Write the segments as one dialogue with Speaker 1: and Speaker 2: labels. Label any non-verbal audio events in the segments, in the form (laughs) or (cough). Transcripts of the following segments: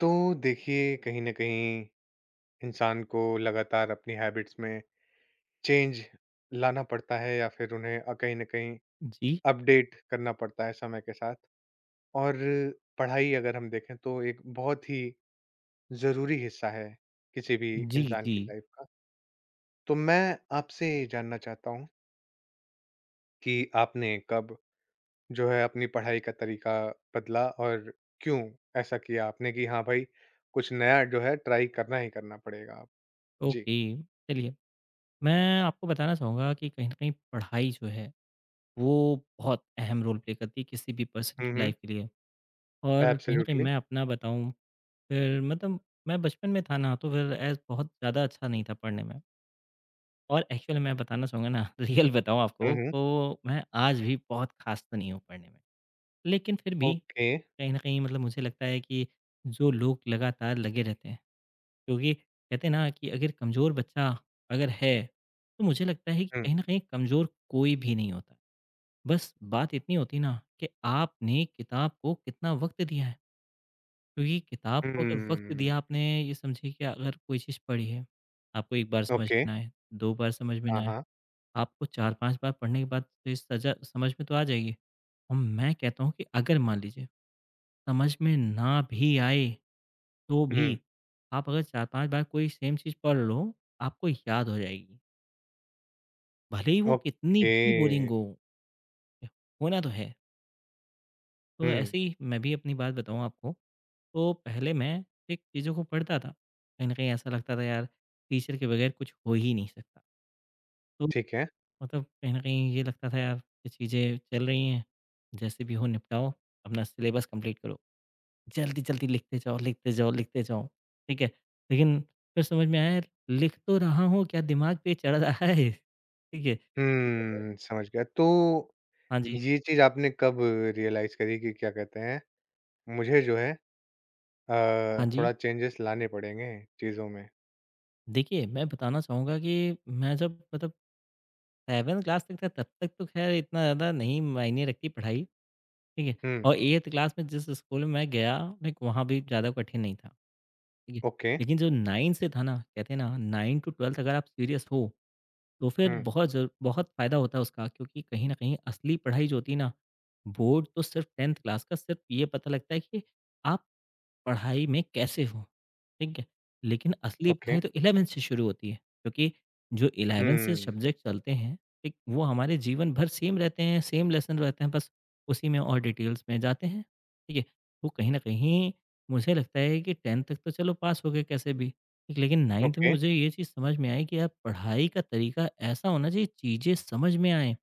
Speaker 1: तो देखिए, कहीं ना कहीं इंसान को लगातार अपनी हैबिट्स में चेंज लाना पड़ता है या फिर उन्हें कहीं ना कहीं
Speaker 2: जी,
Speaker 1: अपडेट करना पड़ता है समय के साथ। और पढ़ाई अगर हम देखें तो एक बहुत ही जरूरी हिस्सा है किसी भी
Speaker 2: जी,
Speaker 1: इंसान
Speaker 2: जी।
Speaker 1: की लाइफ का। तो मैं आपसे जानना चाहता हूँ कि आपने कब जो है अपनी पढ़ाई का तरीका बदला और क्यों ऐसा किया आपने कि हाँ भाई, कुछ नया जो है ट्राई करना ही करना पड़ेगा। आप जी।
Speaker 2: ओके, चलिए मैं आपको बताना चाहूँगा कि कहीं न कहीं पढ़ाई जो है, वो बहुत अहम रोल प्ले करती है किसी भी पर्सन की लाइफ़ के लिए। और कहीं न कहीं
Speaker 1: एब्सोल्युटली।
Speaker 2: मैं अपना बताऊँ फिर मतलब मैं बचपन में था ना तो फिर एज़ बहुत ज़्यादा अच्छा नहीं था पढ़ने में। और एक्चुअली मैं बताना चाहूँगा ना (laughs) रियल बताऊँ
Speaker 1: हुँ,
Speaker 2: आपको
Speaker 1: हुँ।
Speaker 2: तो मैं आज भी बहुत ख़ास तो नहीं हूँ पढ़ने में। लेकिन फिर भी
Speaker 1: ओके।
Speaker 2: कहीं न कहीं मतलब मुझे लगता है कि जो लोग लगातार लगे रहते हैं क्योंकि कहते हैं ना कि अगर कमज़ोर बच्चा अगर है, तो मुझे लगता है कि
Speaker 1: हुँ।
Speaker 2: कहीं न कहीं कमज़ोर कोई भी नहीं होता। बस बात इतनी होती है ना कि आपने किताब को कितना वक़्त दिया है, क्योंकि किताब को अगर वक़्त
Speaker 1: हुँ,
Speaker 2: दिया आपने ये समझिए कि अगर कोई चीज़ पढ़ी है, आपको 1 बार समझ
Speaker 1: ओके।
Speaker 2: में ना आए, 2 बार समझ में ना
Speaker 1: हाँ,
Speaker 2: आए,
Speaker 1: हाँ।
Speaker 2: आपको 4-5 बार पढ़ने के बाद तो ये सजा समझ में तो आ जाएगी। और मैं कहता हूँ कि अगर मान लीजिए समझ में ना भी आए तो भी
Speaker 1: हुँ,
Speaker 2: आप अगर 4-5 बार कोई सेम चीज़ पढ़ लो, आपको याद हो जाएगी। भले ही वो कितनी
Speaker 1: ओके।
Speaker 2: भी बोरिंग हो, होना तो है। तो
Speaker 1: हुँ,
Speaker 2: ऐसे ही मैं भी अपनी बात बताऊँ आपको, तो पहले मैं एक चीज़ों को पढ़ता था। कहीं न कहीं ऐसा लगता था यार टीचर के बगैर कुछ हो ही नहीं सकता। तो
Speaker 1: ठीक है।
Speaker 2: मतलब कहीं न कहीं ये लगता था यार ये चीज़ें चल रही हैं, जैसे भी हो निपटाओ, अपना सिलेबस कंप्लीट करो। जल्दी-जल्दी लिखते जाओ, लिखते जाओ, लिखते जाओ, ठीक है। लेकिन फिर समझ में आया लिख तो रहा हूँ, क्या दिमाग पे चढ़ रहा है, ठीक है। फिर घर पर-
Speaker 1: हुँ, समझ गया। तो
Speaker 2: हाँ जी,
Speaker 1: ये चीज़ आपने कब रियलाइज़ करी कि क्या कहते हैं, मुझे जो है
Speaker 2: हाँ जी।
Speaker 1: थोड़ा चेंजेस लाने पड़ेंगे चीज़ों में?
Speaker 2: देखिए, मैं बताना चाहूँगा कि मैं जब मतलब 7th क्लास तक था, तब तक तो ख़ैर इतना ज़्यादा नहीं मायने रखती पढ़ाई, ठीक है।
Speaker 1: हुँ,
Speaker 2: और 8th क्लास में जिस स्कूल में मैं गया, लाइक वहाँ भी ज़्यादा कठिन नहीं था, ठीक है।
Speaker 1: ओके।
Speaker 2: लेकिन जो 9 से था ना, कहते हैं ना 9 टू 12 अगर आप सीरियस हो तो फिर
Speaker 1: हुँ,
Speaker 2: बहुत ज़रू बहुत फ़ायदा होता है उसका क्योंकि कहीं न कहीं असली पढ़ाई जो होती है ना, बोर्ड तो सिर्फ़ 10th क्लास का सिर्फ़ ये पता लगता है कि आप पढ़ाई में कैसे हो, ठीक है। लेकिन असली
Speaker 1: ओके।
Speaker 2: पढ़ाई तो 11th से शुरू होती है, क्योंकि जो 11th से
Speaker 1: हुँ,
Speaker 2: सब्जेक्ट चलते हैं, ठीक, वो हमारे जीवन भर सेम रहते हैं, सेम लेसन रहते हैं, बस उसी में और डिटेल्स में जाते हैं, ठीक है। तो कहीं न कहीं मुझे लगता है कि 10th तक तो चलो पास हो गए कैसे भी, ठीक, लेकिन 9th में
Speaker 1: ओके,
Speaker 2: मुझे ये चीज़ समझ में आई कि यार पढ़ाई का तरीका ऐसा होना चाहिए, चीज़ें समझ में आएँ,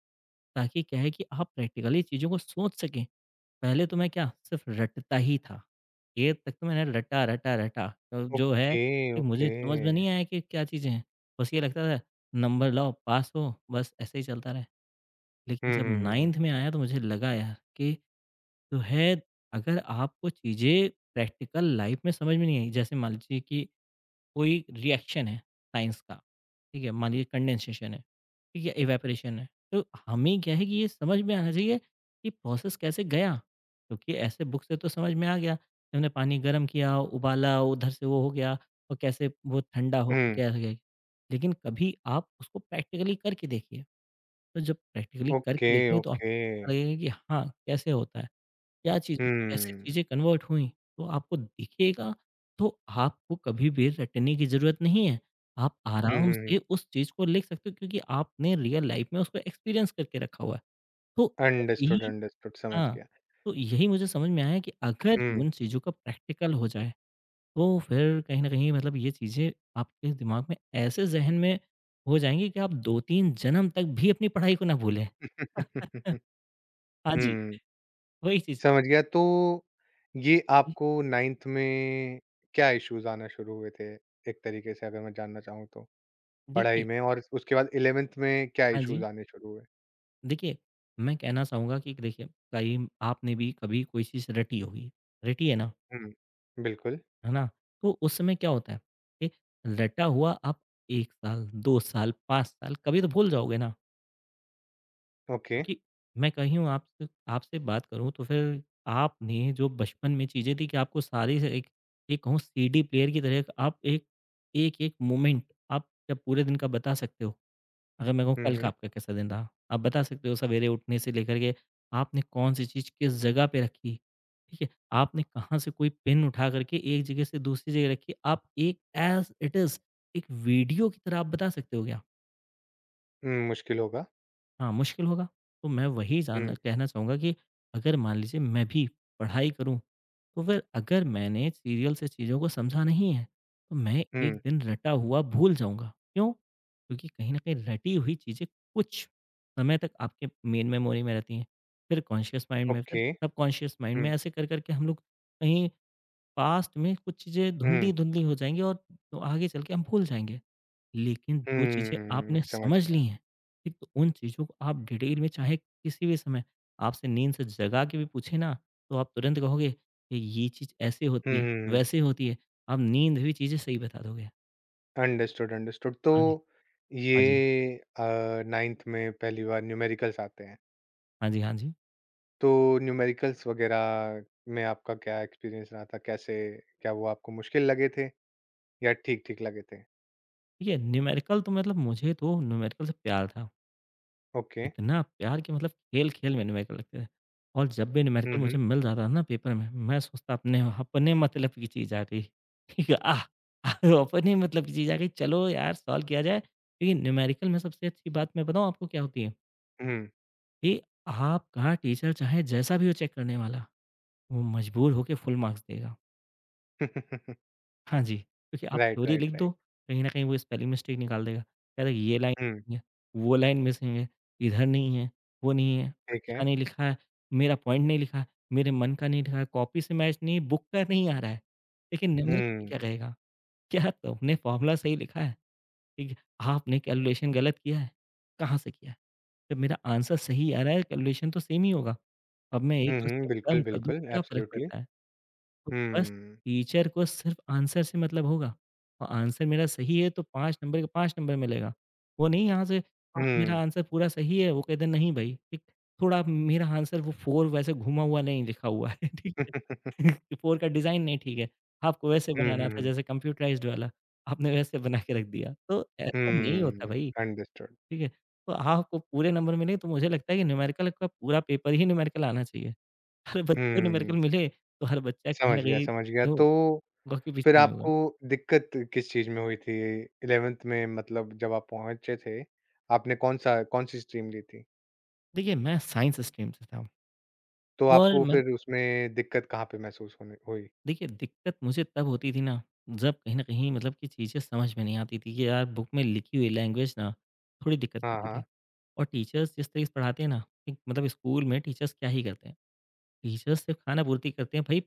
Speaker 2: ताकि क्या है कि आप प्रैक्टिकली चीज़ों को सोच सकें। पहले तो मैं क्या सिर्फ रटता ही था। 8 तक तो मैंने रटा, रटा, रटा तो जो है
Speaker 1: ओके,
Speaker 2: कि
Speaker 1: ओके।
Speaker 2: मुझे समझ में नहीं आया कि क्या चीज़ें हैं। बस ये लगता था नंबर लाओ, पास हो, बस ऐसे ही चलता रहे। लेकिन
Speaker 1: हुँ,
Speaker 2: जब
Speaker 1: हुँ, हुँ, हुँ।
Speaker 2: 9th में आया तो मुझे लगा यार कि जो है अगर आपको चीज़ें प्रैक्टिकल लाइफ़ में समझ में नहीं आई, जैसे मान लीजिए कि कोई रिएक्शन है साइंस का, ठीक है, मान लीजिए कंडेंसेशन है, ठीक है, इवेपरेशन है, तो हमें क्या है कि ये समझ में आना चाहिए कि प्रोसेस कैसे गया, क्योंकि ऐसे बुक से तो समझ में आ गया कि हमने पानी गर्म किया, उबाला, उधर से वो हो गया और कैसे वो ठंडा होकर
Speaker 1: हुँ,
Speaker 2: क्या हो गया। लेकिन कभी आप उसको प्रैक्टिकली करके देखिए, तो जब प्रैक्टिकली
Speaker 1: ओके,
Speaker 2: करके देखेंगे तो
Speaker 1: ओके।
Speaker 2: आपको पता लगेगा कि हाँ कैसे होता है, क्या चीज़ कैसे
Speaker 1: हुँ।
Speaker 2: चीज़ें कन्वर्ट हुई, तो आपको दिखेगा, तो आपको कभी भी रटने की ज़रूरत नहीं है। आप जी।
Speaker 1: हुँ,
Speaker 2: आराम
Speaker 1: हुँ, हुँ।
Speaker 2: से उस चीज़ को लिख सकते हो क्योंकि आपने रियल लाइफ़ में उसको एक्सपीरियंस करके रखा हुआ है। तो ऐसे
Speaker 1: अंडरस्टूड,
Speaker 2: ही
Speaker 1: अंडरस्टूड समझ
Speaker 2: हाँ,
Speaker 1: गया।
Speaker 2: तो यही मुझे समझ में आया कि अगर
Speaker 1: हुँ।
Speaker 2: उन चीज़ों का प्रैक्टिकल हो जाए, तो फिर कहीं न कहीं मतलब ये चीज़ें आपके दिमाग में ऐसे ज़हन में हो जाएँगी कि आप 2-3 जन्म तक भी अपनी पढ़ाई को ना भूलें।
Speaker 1: हुँ,
Speaker 2: (laughs)
Speaker 1: (laughs)
Speaker 2: हाँ जी, वही चीज़।
Speaker 1: समझ गया। तो ये
Speaker 2: जी,
Speaker 1: आपको 9th में क्या इश्यूज़ आना शुरू हुए थे, एक तरीके से अगर मैं जानना चाहूँ तो? पढ़ाई
Speaker 2: देखिए,
Speaker 1: में और उसके बाद 11th में क्या
Speaker 2: हाँ जी।
Speaker 1: इश्यूज़ आने शुरू हुए?
Speaker 2: देखिए, मैं कहना चाहूँगा कि देखिए, कहीं आपने भी कभी कोई चीज़ रटी होगी, रटी है ना,
Speaker 1: हुँ, बिल्कुल,
Speaker 2: है ना? तो उस समय क्या होता है कि रटा हुआ आप 1 साल, 2 साल, 5 साल कभी तो भूल जाओगे ना?
Speaker 1: ओके।
Speaker 2: क्योंकि मैं कहीं हूँ आपसे आपसे बात करूँ तो फिर आपने जो बचपन में चीज़ें थी कि आपको सारी से एक एक कहूँ, सीडी प्लेयर की तरह आप एक एक-एक मोमेंट आप क्या पूरे दिन का बता सकते हो। अगर मेरे को
Speaker 1: हुँ,
Speaker 2: कल का
Speaker 1: हुँ।
Speaker 2: आपका कैसा दिन रहा? आप बता सकते हो सवेरे उठने से लेकर के आपने कौन-सी चीज़ किस जगह पे रखी, ठीक है? आपने कहाँ से कोई पेन उठा करके एक जगह से दूसरी जगह रखी, आप एक एज़ इट इज़ एक वीडियो की तरह आप बता सकते हो क्या?
Speaker 1: हुँ, मुश्किल होगा।
Speaker 2: हाँ, मुश्किल होगा। तो मैं वही जानना
Speaker 1: हुँ,
Speaker 2: कहना चाहूँगा कि अगर मान लीजिए मैं भी पढ़ाई करूँ, तो फिर अगर मैंने सीरियल से चीज़ों को समझा नहीं है, तो मैं एक
Speaker 1: हुँ,
Speaker 2: दिन रटा हुआ भूल जाऊँगा। क्यों? क्योंकि कहीं न कहीं रटी हुई चीज़ें कुछ समय तक आपके मेन मेमोरी में रहती हैं। फिर कॉन्शियस माइंड में, फिर
Speaker 1: ओके।
Speaker 2: सबकॉन्शियस माइंड में
Speaker 1: हुँ,
Speaker 2: ऐसे कर-कर के हम लोग कहीं पास्ट में कुछ चीज़ें
Speaker 1: हुँ,
Speaker 2: धुंधली-धुंधली हो जाएँगी और तो आगे चल के हम भूल जाएँगे। लेकिन जो चीज़ें
Speaker 1: हुँ,
Speaker 2: आपने
Speaker 1: समझ
Speaker 2: समझ
Speaker 1: गया।
Speaker 2: ली हैं, ठीक, तो उन चीज़ों को आप डिटेल में चाहे किसी भी समय आपसे नींद से जगा के भी पूछे ना, तो आप तुरंत कहोगे कि ये चीज़ ऐसे होती है,
Speaker 1: हुँ,
Speaker 2: वैसे होती है। आप नींद भी चीज़ें सही बता दोगे।
Speaker 1: Understood, understood. तो
Speaker 2: हाँ जी,
Speaker 1: ये
Speaker 2: हाँ जी,
Speaker 1: 9th में पहली बार न्यूमेरिकल्स आते हैं।
Speaker 2: हाँ जी, हाँ जी।
Speaker 1: तो न्यूमेरिकल्स वगैरह में आपका क्या एक्सपीरियंस रहा था? कैसे, क्या वो आपको मुश्किल लगे थे या ठीक-ठीक लगे थे?
Speaker 2: ठीक है, न्यूमेरिकल तो मतलब मुझे तो न्यूमेरिकल से प्यार था।
Speaker 1: ओके।
Speaker 2: इतना प्यार कि मतलब खेल-खेल में न्यूमेरिकल लगते थे और जब भी
Speaker 1: हुँ,
Speaker 2: न्यूमेरिकल मुझे
Speaker 1: हुँ।
Speaker 2: मिल जाता था ना पेपर में, मैं सोचता अपने अपने मतलब की चीज़ आ गई। ठीक है, आह! आह, अपने मतलब की चीज़ आ गई, चलो यार सॉल्व किया जाए। क्योंकि न्यूमेरिकल में सबसे अच्छी बात मैं बताऊँ आपको क्या होती है,
Speaker 1: हुँ।
Speaker 2: कि आपका टीचर चाहे जैसा भी हो चेक करने वाला, वो मजबूर होके फुल मार्क्स देगा।
Speaker 1: (laughs)
Speaker 2: हाँ जी, क्योंकि आप
Speaker 1: राइट,
Speaker 2: थ्योरी लिख
Speaker 1: राइट,
Speaker 2: दो,
Speaker 1: राइट।
Speaker 2: कहीं न कहीं वो स्पेलिंग मिस्टेक निकाल देगा। कह देगा ये लाइन
Speaker 1: हुँ,
Speaker 2: नहीं है, वो लाइन मिसिंग है, इधर नहीं है, वो नहीं है,
Speaker 1: ठीक
Speaker 2: अच्छा
Speaker 1: है।
Speaker 2: नहीं लिखा है, मेरा पॉइंट नहीं लिखा है, मेरे मन का नहीं लिखा है, कॉपी से मैच नहीं, बुक का नहीं आ रहा है। लेकिन न्यूमेरिकल में
Speaker 1: हुँ।
Speaker 2: क्या कहेगा, क्या तुमने फ़ॉर्मूला सही लिखा है? ठीक है, आपने कैलकुलेशन गलत किया है, कहाँ से किया है? जब मेरा आंसर सही आ रहा है, कैलकुलेशन तो सेम ही होगा। अब मैं
Speaker 1: हुँ,
Speaker 2: 1-2
Speaker 1: हुँ,
Speaker 2: स्टेप
Speaker 1: बिल्कुल,
Speaker 2: कम कर दूँ,
Speaker 1: बिल्कुल,
Speaker 2: क्या फ़र्क
Speaker 1: एब्सोल्युटली।
Speaker 2: पड़ता है? तो बस
Speaker 1: हुँ।
Speaker 2: टीचर को सिर्फ आंसर से मतलब होगा और आंसर मेरा सही है तो 5 नंबर के 5 नंबर मिलेगा। वो नहीं यहाँ से मेरा
Speaker 1: हुँ।
Speaker 2: आंसर पूरा सही है, वो कहते हैं नहीं भई, ठीक, थोड़ा मेरा आंसर वो 4 वैसे घुमा हुआ नहीं लिखा हुआ है, ठीक है।
Speaker 1: (laughs)
Speaker 2: (laughs) 4 का डिज़ाइन नहीं ठीक है। आपको वैसे
Speaker 1: हुँ,
Speaker 2: बनाना
Speaker 1: हुँ,
Speaker 2: था
Speaker 1: हुँ।
Speaker 2: जैसे कंप्यूटराइज़्ड वाला, आपने वैसे बना के रख दिया। तो ऐसा नहीं होता
Speaker 1: (laughs)
Speaker 2: भई,
Speaker 1: अंडरस्टूड।
Speaker 2: ठीक है। तो आपको पूरे नंबर मिले तो मुझे लगता है कि न्यूमेरिकल का पूरा पेपर ही न्यूमेरिकल आना चाहिए। हर बच्चे को
Speaker 1: हुँ,
Speaker 2: न्यूमेरिकल मिले तो हर बच्चा कहीं
Speaker 1: समझ
Speaker 2: न
Speaker 1: गया,
Speaker 2: कहीं
Speaker 1: समझ गया। तो
Speaker 2: बाकी
Speaker 1: फिर
Speaker 2: पीछे नहीं होगा।
Speaker 1: आपको दिक्कत किस चीज़ में हुई थी 11th में, मतलब जब आप पहुँचे थे, आपने कौन-सा कौन-सी स्ट्रीम ली थी?
Speaker 2: देखिए, मैं साइंस स्ट्रीम से था
Speaker 1: तो
Speaker 2: और
Speaker 1: आपको
Speaker 2: मैं,
Speaker 1: फिर उसमें दिक्कत कहाँ पे महसूस होने हुई?
Speaker 2: देखिए, दिक्कत मुझे तब होती थी ना, जब कहीं न कहीं मतलब कि चीज़ें समझ में नहीं आती थी कि यार बुक में लिखी हुई लैंग्वेज ना थोड़ी दिक्कत
Speaker 1: हाँ,
Speaker 2: करती थी।
Speaker 1: हाँ।
Speaker 2: और टीचर्स जिस तरीके से पढ़ाते हैं ना, एक मतलब स्कूल में टीचर्स क्या ही करते हैं। टीचर्स सिर्फ़ खानापूर्ति करते हैं भई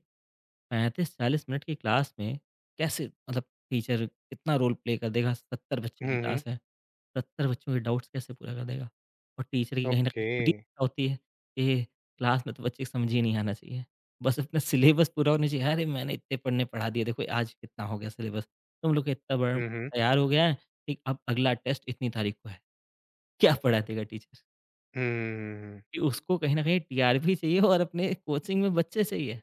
Speaker 2: 35-40 मिनट की क्लास में कैसे मतलब टीचर कितना रोल प्ले कर देगा, 70 बच्चे की
Speaker 1: हुँ,
Speaker 2: क्लास
Speaker 1: हुँ।
Speaker 2: है, 70 बच्चों के डाउट्स कैसे पूरा कर देगा? और टीचर की कहीं न कहीं
Speaker 1: ओके।
Speaker 2: खुद ही इच्छा होती है कि क्लास में तो बच्चे को समझ ही नहीं आना चाहिए। बस अपना सिलेबस पूरा होना चाहिए। अरे! मैंने इतने पन्ने पढ़ा दिए, देखो आज कितना हो गया सिलेबस। तुम लोग का इतना बड़ा
Speaker 1: हुँ, हुँ।
Speaker 2: तैयार हो गया है, ठीक, अब अगला टेस्ट इतनी तारीख को है। क्या पढ़ा देगा टीचर?
Speaker 1: हुँ,
Speaker 2: कि उसको कहीं न कहीं टीआरपी चाहिए और अपने कोचिंग में बच्चे चाहिए।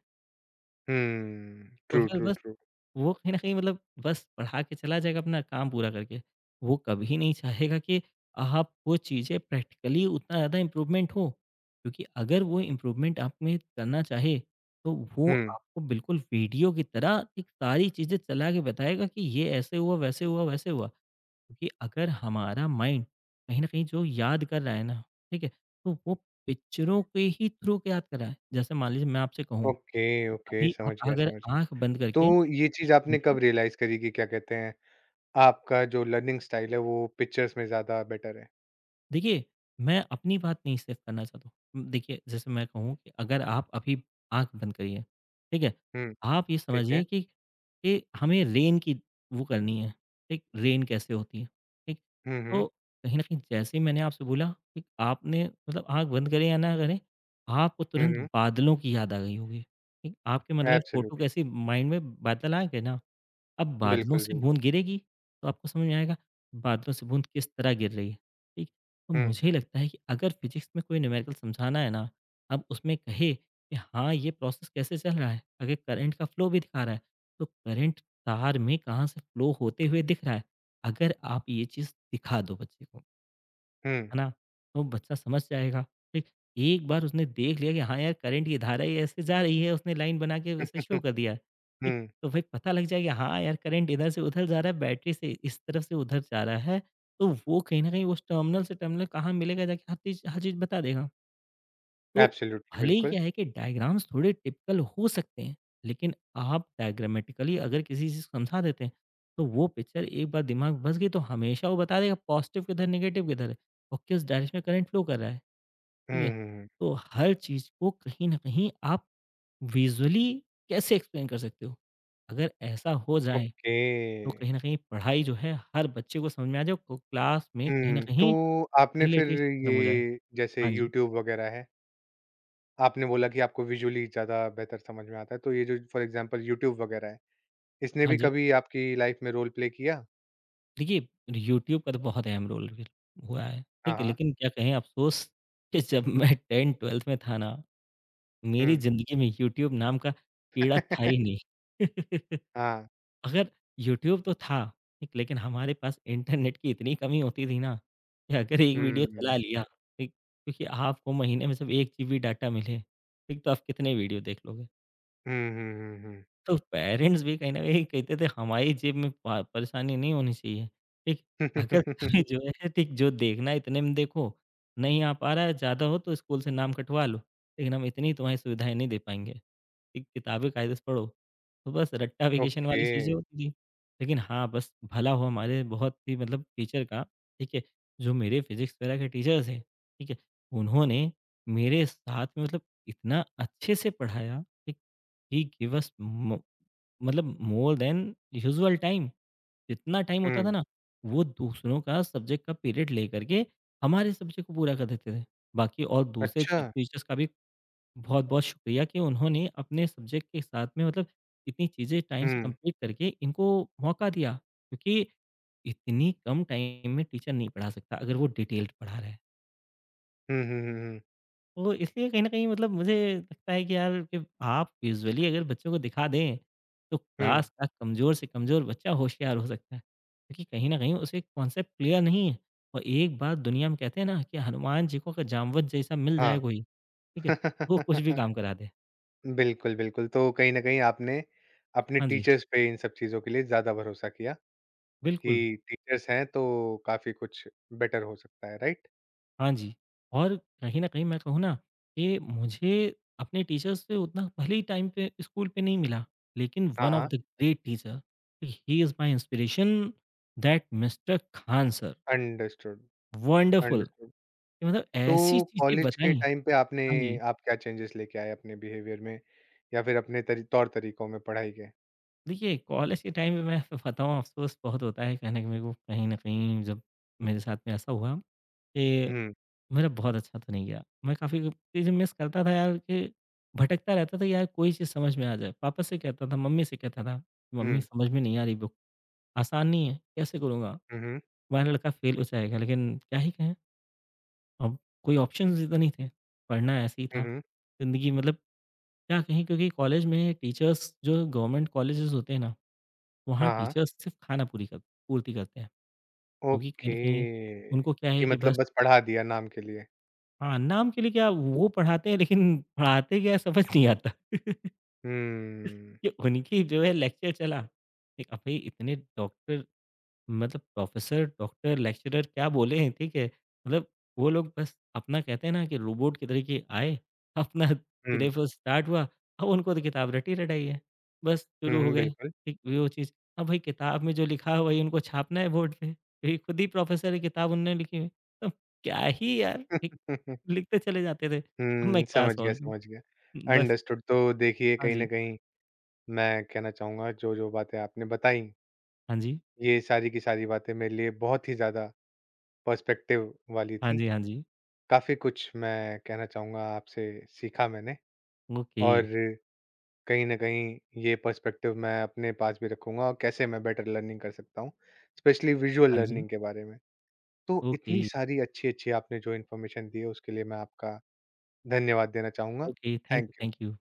Speaker 1: हुँ।
Speaker 2: तो
Speaker 1: ट्रू,
Speaker 2: फिर
Speaker 1: ट्रू,
Speaker 2: बस
Speaker 1: ट्रू।
Speaker 2: वो कहीं न कहीं मतलब बस पढ़ा के चला जाएगा अपना काम पूरा करके। वो कभी नहीं चाहेगा कि आप वो चीज़ें प्रैक्टिकली उतना ज़्यादा इम्प्रूवमेंट हो। क्योंकि अगर वो इम्प्रूवमेंट आप में करना चाहे, तो वो
Speaker 1: हुँ।
Speaker 2: आपको बिल्कुल वीडियो की तरह एक सारी चीज़ें चला के बताएगा कि ये ऐसे हुआ, वैसे हुआ, वैसे हुआ। क्योंकि अगर हमारा माइंड कहीं न कहीं जो याद कर रहा है ना, ठीक है? तो वो पिक्चरों के ही थ्रू के याद कर रहा है। जैसे मान लीजिए मैं आपसे कहूँ
Speaker 1: ओके,
Speaker 2: कि
Speaker 1: ओके,
Speaker 2: अभी
Speaker 1: समझ
Speaker 2: आप
Speaker 1: गया,
Speaker 2: अगर
Speaker 1: समझ
Speaker 2: आँख
Speaker 1: गया।
Speaker 2: बंद करके
Speaker 1: तो ये चीज़
Speaker 2: हाँ
Speaker 1: आपने
Speaker 2: जी।
Speaker 1: कब रियलाइज़ करी कि क्या कहते हैं, आपका जो लर्निंग स्टाइल है वो पिक्चर्स में ज़्यादा बेटर है?
Speaker 2: देखिए, मैं अपनी बात नहीं सिर्फ़ करना चाहता हूँ। देखिए, जैसे मैं कहूँ कि अगर आप अभी आँख बंद करिए, ठीक है?
Speaker 1: हुँ,
Speaker 2: आप ये
Speaker 1: ठीक है।
Speaker 2: समझिए कि हमें रेन की वो करनी है, ठीक? रेन कैसे होती है, ठीक?
Speaker 1: हुँ, हुँ।
Speaker 2: तो कहीं न कहीं जैसे ही मैंने आपसे बोला, ठीक? आपने मतलब आँख बंद करें या ना करें, आपको
Speaker 1: हुँ,
Speaker 2: तुरंत
Speaker 1: हुँ।
Speaker 2: बादलों की याद आ गई होगी, ठीक? आपके मतलब फ़ोटो
Speaker 1: एब्सोल्युटली।
Speaker 2: कैसे माइंड में बादल आ गए ना अब बादलों
Speaker 1: बिल्कुल,
Speaker 2: से
Speaker 1: बिल्कुल।
Speaker 2: बूंद गिरेगी तो आपको समझ में आएगा बादलों से बूंद किस तरह गिर रही है। ठीक। तो
Speaker 1: हुँ,
Speaker 2: मुझे लगता है कि अगर फिजिक्स में कोई न्यूमेरिकल समझाना है ना, अब उसमें कहे कि हाँ ये प्रोसेस कैसे चल रहा है अगर करंट का फ्लो भी दिखा रहा है, तो करंट तार में कहाँ से फ्लो होते हुए दिख रहा है, अगर आप ये चीज़ दिखा दो बच्चे को,
Speaker 1: हुँ। हुँ,
Speaker 2: है ना? तो बच्चा समझ जाएगा, ठीक? एक बार उसने देख लिया कि हाँ यार, करंट की धारा ही ऐसे जा रही है, उसने लाइन बना के वैसे शो कर
Speaker 1: (laughs)
Speaker 2: दिया है, ठीक? तो भाई पता लग जाएगा हाँ यार, करंट इधर से उधर जा रहा है, बैटरी से इस तरफ से उधर जा रहा है, तो वो कहीं न कहीं उस टर्मिनल से टर्मिनल कहाँ मिलेगा जाके हर चीज़ बता देगा। तो
Speaker 1: एब्सोल्युटली
Speaker 2: भले ही
Speaker 1: बिल्कुल।
Speaker 2: क्या है कि डायग्राम्स थोड़े टिपिकल हो सकते हैं, लेकिन आप डायग्रामेटिकली अगर किसी चीज़ को समझा देते हैं, तो वो पिक्चर एक बार दिमाग में बस गई तो हमेशा वो बता देगा पॉजिटिव किधर, नेगेटिव किधर है और किस डायरेक्शन में करंट फ्लो कर रहा है,
Speaker 1: हुँ,
Speaker 2: ठीक है?
Speaker 1: हुँ, हुँ।
Speaker 2: तो हर चीज़ को कहीं न कहीं आप विजुअली कैसे एक्सप्लेन कर सकते हो? अगर ऐसा हो जाए,
Speaker 1: ओके।
Speaker 2: तो कहीं न कहीं पढ़ाई जो है हर बच्चे को समझ में आ जाए, को क्लास में कहीं न
Speaker 1: हुँ, तो
Speaker 2: कहीं
Speaker 1: आपने फिर
Speaker 2: लिटरेसी खत्म
Speaker 1: ये
Speaker 2: हो जाए।
Speaker 1: जैसे
Speaker 2: हाँ जी।
Speaker 1: यूट्यूब वगैरह है, आपने बोला कि आपको विजुअली ज़्यादा बेहतर समझ में आता है, तो ये जो फॉर एग्ज़ाम्पल यूट्यूब वगैरह है, इसने
Speaker 2: हाँ
Speaker 1: भी
Speaker 2: जी।
Speaker 1: कभी आपकी लाइफ़ में रोल प्ले किया?
Speaker 2: देखिए, यूट्यूब का तो बहुत अहम रोल भी हुआ है,
Speaker 1: हाँ,
Speaker 2: ठीक है?
Speaker 1: हाँ।
Speaker 2: लेकिन क्या कहें अफ़सोस (laughs) कि जब मैं 10-12th में था ना, मेरी
Speaker 1: हुँ।
Speaker 2: ज़िंदगी में यूट्यूब नाम का कीड़ा था ही
Speaker 1: (laughs)
Speaker 2: नहीं। (laughs)
Speaker 1: हाँ।
Speaker 2: अगर यूट्यूब तो था, ठीक, लेकिन हमारे पास इंटरनेट की इतनी कमी होती थी ना, कि अगर एक वीडियो चला
Speaker 1: हुँ।
Speaker 2: लिया, ठीक, क्योंकि आपको महीने में सिर्फ़ 1 जीबी डाटा मिले, ठीक, तो आप कितने वीडियो देख लोगे?
Speaker 1: हुँ, हुँ, हुँ, हुँ।
Speaker 2: तो पेरेंट्स भी कहीं न कहीं कहते थे हमारी जेब में प परेशानी नहीं होनी चाहिए, ठीक? अगर तुम्हें
Speaker 1: (laughs)
Speaker 2: जो है ठीक जो देखना है इतने में देखो, नहीं आ पा रहा है ज़्यादा हो तो स्कूल से नाम कटवा लो, लेकिन हम इतनी तुम्हें सुविधाएँ नहीं दे पाएँगे, ठीक? किताबें कायदे से पढ़ो। तो बस रट्टा वेकेशन वाली
Speaker 1: ओके।
Speaker 2: चीज़ें होती थी। लेकिन हाँ, बस भला हो हमारे बहुत ही मतलब टीचर का, ठीक है, जो मेरे फिज़िक्स वगैरह के टीचर थे, ठीक है? उन्होंने मेरे साथ में मतलब इतना अच्छे से पढ़ाया, ठीक ही गिव अस मो मतलब मोर देन यूजुअल टाइम, जितना टाइम होता था
Speaker 1: हुँ।
Speaker 2: ना, वो दूसरों का सब्जेक्ट का पीरियड लेकर के हमारे सब्जेक्ट को पूरा कर देते थे। बाकी और दूसरे
Speaker 1: अच्छा।
Speaker 2: ची टीचर्स का भी बहुत-बहुत शुक्रिया कि उन्होंने अपने सब्जेक्ट के साथ में मतलब इतनी चीज़ें टाइम से
Speaker 1: हुँ।
Speaker 2: कंप्लीट करके इनको मौका दिया, क्योंकि इतनी कम टाइम में टीचर नहीं पढ़ा सकता अगर वो डिटेल्ड पढ़ा रहा है।
Speaker 1: हुँ, हुँ, हुँ, हुँ।
Speaker 2: तो इसलिए कहीं न कहीं मतलब मुझे लगता है कि यार कि आप विज़ुअली अगर बच्चों को दिखा दें, तो
Speaker 1: हुँ।
Speaker 2: क्लास का कमज़ोर से कमज़ोर बच्चा होशियार हो सकता है। क्योंकि कहीं न कहीं उसे कॉन्सेप्ट क्लियर नहीं है और एक बात दुनिया में कहते हैं ना कि हनुमान जी को अगर जामवंत जैसा मिल जाए
Speaker 1: हाँ।
Speaker 2: कोई, ठीक है? तो वो कुछ भी काम
Speaker 1: (laughs)
Speaker 2: करा दे।
Speaker 1: बिल्कुल, बिल्कुल। तो कहीं न कहीं आपने अपने
Speaker 2: हाँ जी,
Speaker 1: टीचर्स पे इन सब चीज़ों के लिए ज़्यादा भरोसा किया।
Speaker 2: बिल्कुल।
Speaker 1: कि टीचर्स हैं तो काफ़ी कुछ बेटर हो सकता है, राइट?
Speaker 2: हाँ जी, और कहीं न कहीं मैं कहूँ ना कि मुझे अपने टीचर से उतना भले ही टाइम पे स्कूल पे नहीं मिला, लेकिन
Speaker 1: हाँ,
Speaker 2: वन ऑफ
Speaker 1: हाँ।
Speaker 2: The great teacher, he is my inspiration that mister Khan sir,
Speaker 1: understood,
Speaker 2: wonderful कि
Speaker 1: अंडरस्टूड।
Speaker 2: मतलब
Speaker 1: तो
Speaker 2: ऐसी चीज़ें
Speaker 1: कॉलेज के
Speaker 2: बताई।
Speaker 1: टाइम पे आपने
Speaker 2: हाँ जी,
Speaker 1: आप क्या चेंजेस लेके आए अपने बिहेवियर में या फिर अपने तरी तौर-तरीकों में पढ़ाई के?
Speaker 2: देखिए कॉलेज के टाइम में मैं आपको बताऊँ अफ़सोस बहुत होता है कहने को मेरे को कहीं न कहीं जब मेरे साथ में ऐसा हुआ कि
Speaker 1: हुँ,
Speaker 2: मेरा बहुत अच्छा तो नहीं गया। मैं काफ़ी चीज़ें मिस करता था यार कि भटकता रहता था यार कोई चीज़ समझ में आ जाए। पापा से कहता था, मम्मी से कहता था, "मम्मी
Speaker 1: हुँ,
Speaker 2: समझ में नहीं आ रही बुक, आसान नहीं है, कैसे करूँगा?
Speaker 1: हुँ, हुँ,
Speaker 2: तुम्हारा लड़का फ़ेल हो जाएगा।" लेकिन क्या ही कहें, अब कोई ऑप्शंस ही तो नहीं थे। पढ़ना ऐसे ही
Speaker 1: हुँ,
Speaker 2: था।
Speaker 1: हुँ।
Speaker 2: ज़िंदगी मतलब क्या कहें क्योंकि कॉलेज में टीचर्स जो गवर्नमेंट कॉलेजेस होते हैं ना, वहाँ
Speaker 1: हाँ, हाँ।
Speaker 2: टीचर्स सिर्फ़ खाना पूरी कर पूर्ति करते हैं। क्योंकि कहीं न
Speaker 1: ओके,
Speaker 2: कहीं उनको क्या है
Speaker 1: कि
Speaker 2: कि
Speaker 1: मतलब
Speaker 2: बस
Speaker 1: बस पढ़ा दिया नाम के लिए।
Speaker 2: हाँ, नाम के लिए क्या वो पढ़ाते हैं लेकिन पढ़ाते क्या है समझ नहीं आता। (laughs)
Speaker 1: हुँ,
Speaker 2: कि उनकी जो है लेक्चर चला। एक अब भई इतने डॉक्टर मतलब प्रोफेसर, डॉक्टर, लेक्चरर क्या बोले, हैं, ठीक है? मतलब वो लोग बस अपना कहते हैं ना कि रोबोट की तरीके आए, (laughs) अपना
Speaker 1: हुँ,
Speaker 2: सिलेबस स्टार्ट हुआ, अब उनको तो किताब रटी रटाई है। बस
Speaker 1: हुँ,
Speaker 2: शुरू हो
Speaker 1: हुँ,
Speaker 2: गए,
Speaker 1: बिल्कुल।
Speaker 2: ठीक वो चीज़। अब भाई किताब में जो लिखा है वही उनको छापना है बोर्ड पे, क्योंकि खुद ही प्रोफेसर है, किताब उन्होंने लिखी है। अब क्या ही यार, ठीक,
Speaker 1: (laughs)
Speaker 2: लिखते चले जाते थे। अब मैं
Speaker 1: हुँ,
Speaker 2: क्या
Speaker 1: समझ गया,
Speaker 2: सॉल्व
Speaker 1: समझ गया।
Speaker 2: करूँ? बस
Speaker 1: अंडरस्टूड। तो देखिए,
Speaker 2: हाँ
Speaker 1: कहीं
Speaker 2: जी,
Speaker 1: न कहीं मैं कहना चाहूँगा, जो-जो बातें आपने बताई
Speaker 2: हाँ जी,
Speaker 1: ये सारी की सारी बातें मेरे लिए बहुत ही ज़्यादा पर्सपेक्टिव वाली
Speaker 2: हाँ
Speaker 1: थी।
Speaker 2: जी, हाँ जी।
Speaker 1: काफ़ी कुछ मैं कहना चाहूँगा आपसे सीखा मैंने,
Speaker 2: ओके,
Speaker 1: और कहीं न कहीं ये पर्सपेक्टिव मैं अपने पास भी रखूँगा और कैसे मैं बेटर लर्निंग कर सकता हूँ, स्पेशली विजुअल
Speaker 2: हाँ जी,
Speaker 1: लर्निंग के बारे में। तो
Speaker 2: ओके,
Speaker 1: इतनी सारी अच्छी-अच्छी आपने जो इन्फॉर्मेशन दी है उसके लिए मैं आपका धन्यवाद देना चाहूँगा।
Speaker 2: Okay. Thank
Speaker 1: thank
Speaker 2: you,
Speaker 1: you.
Speaker 2: Thank you.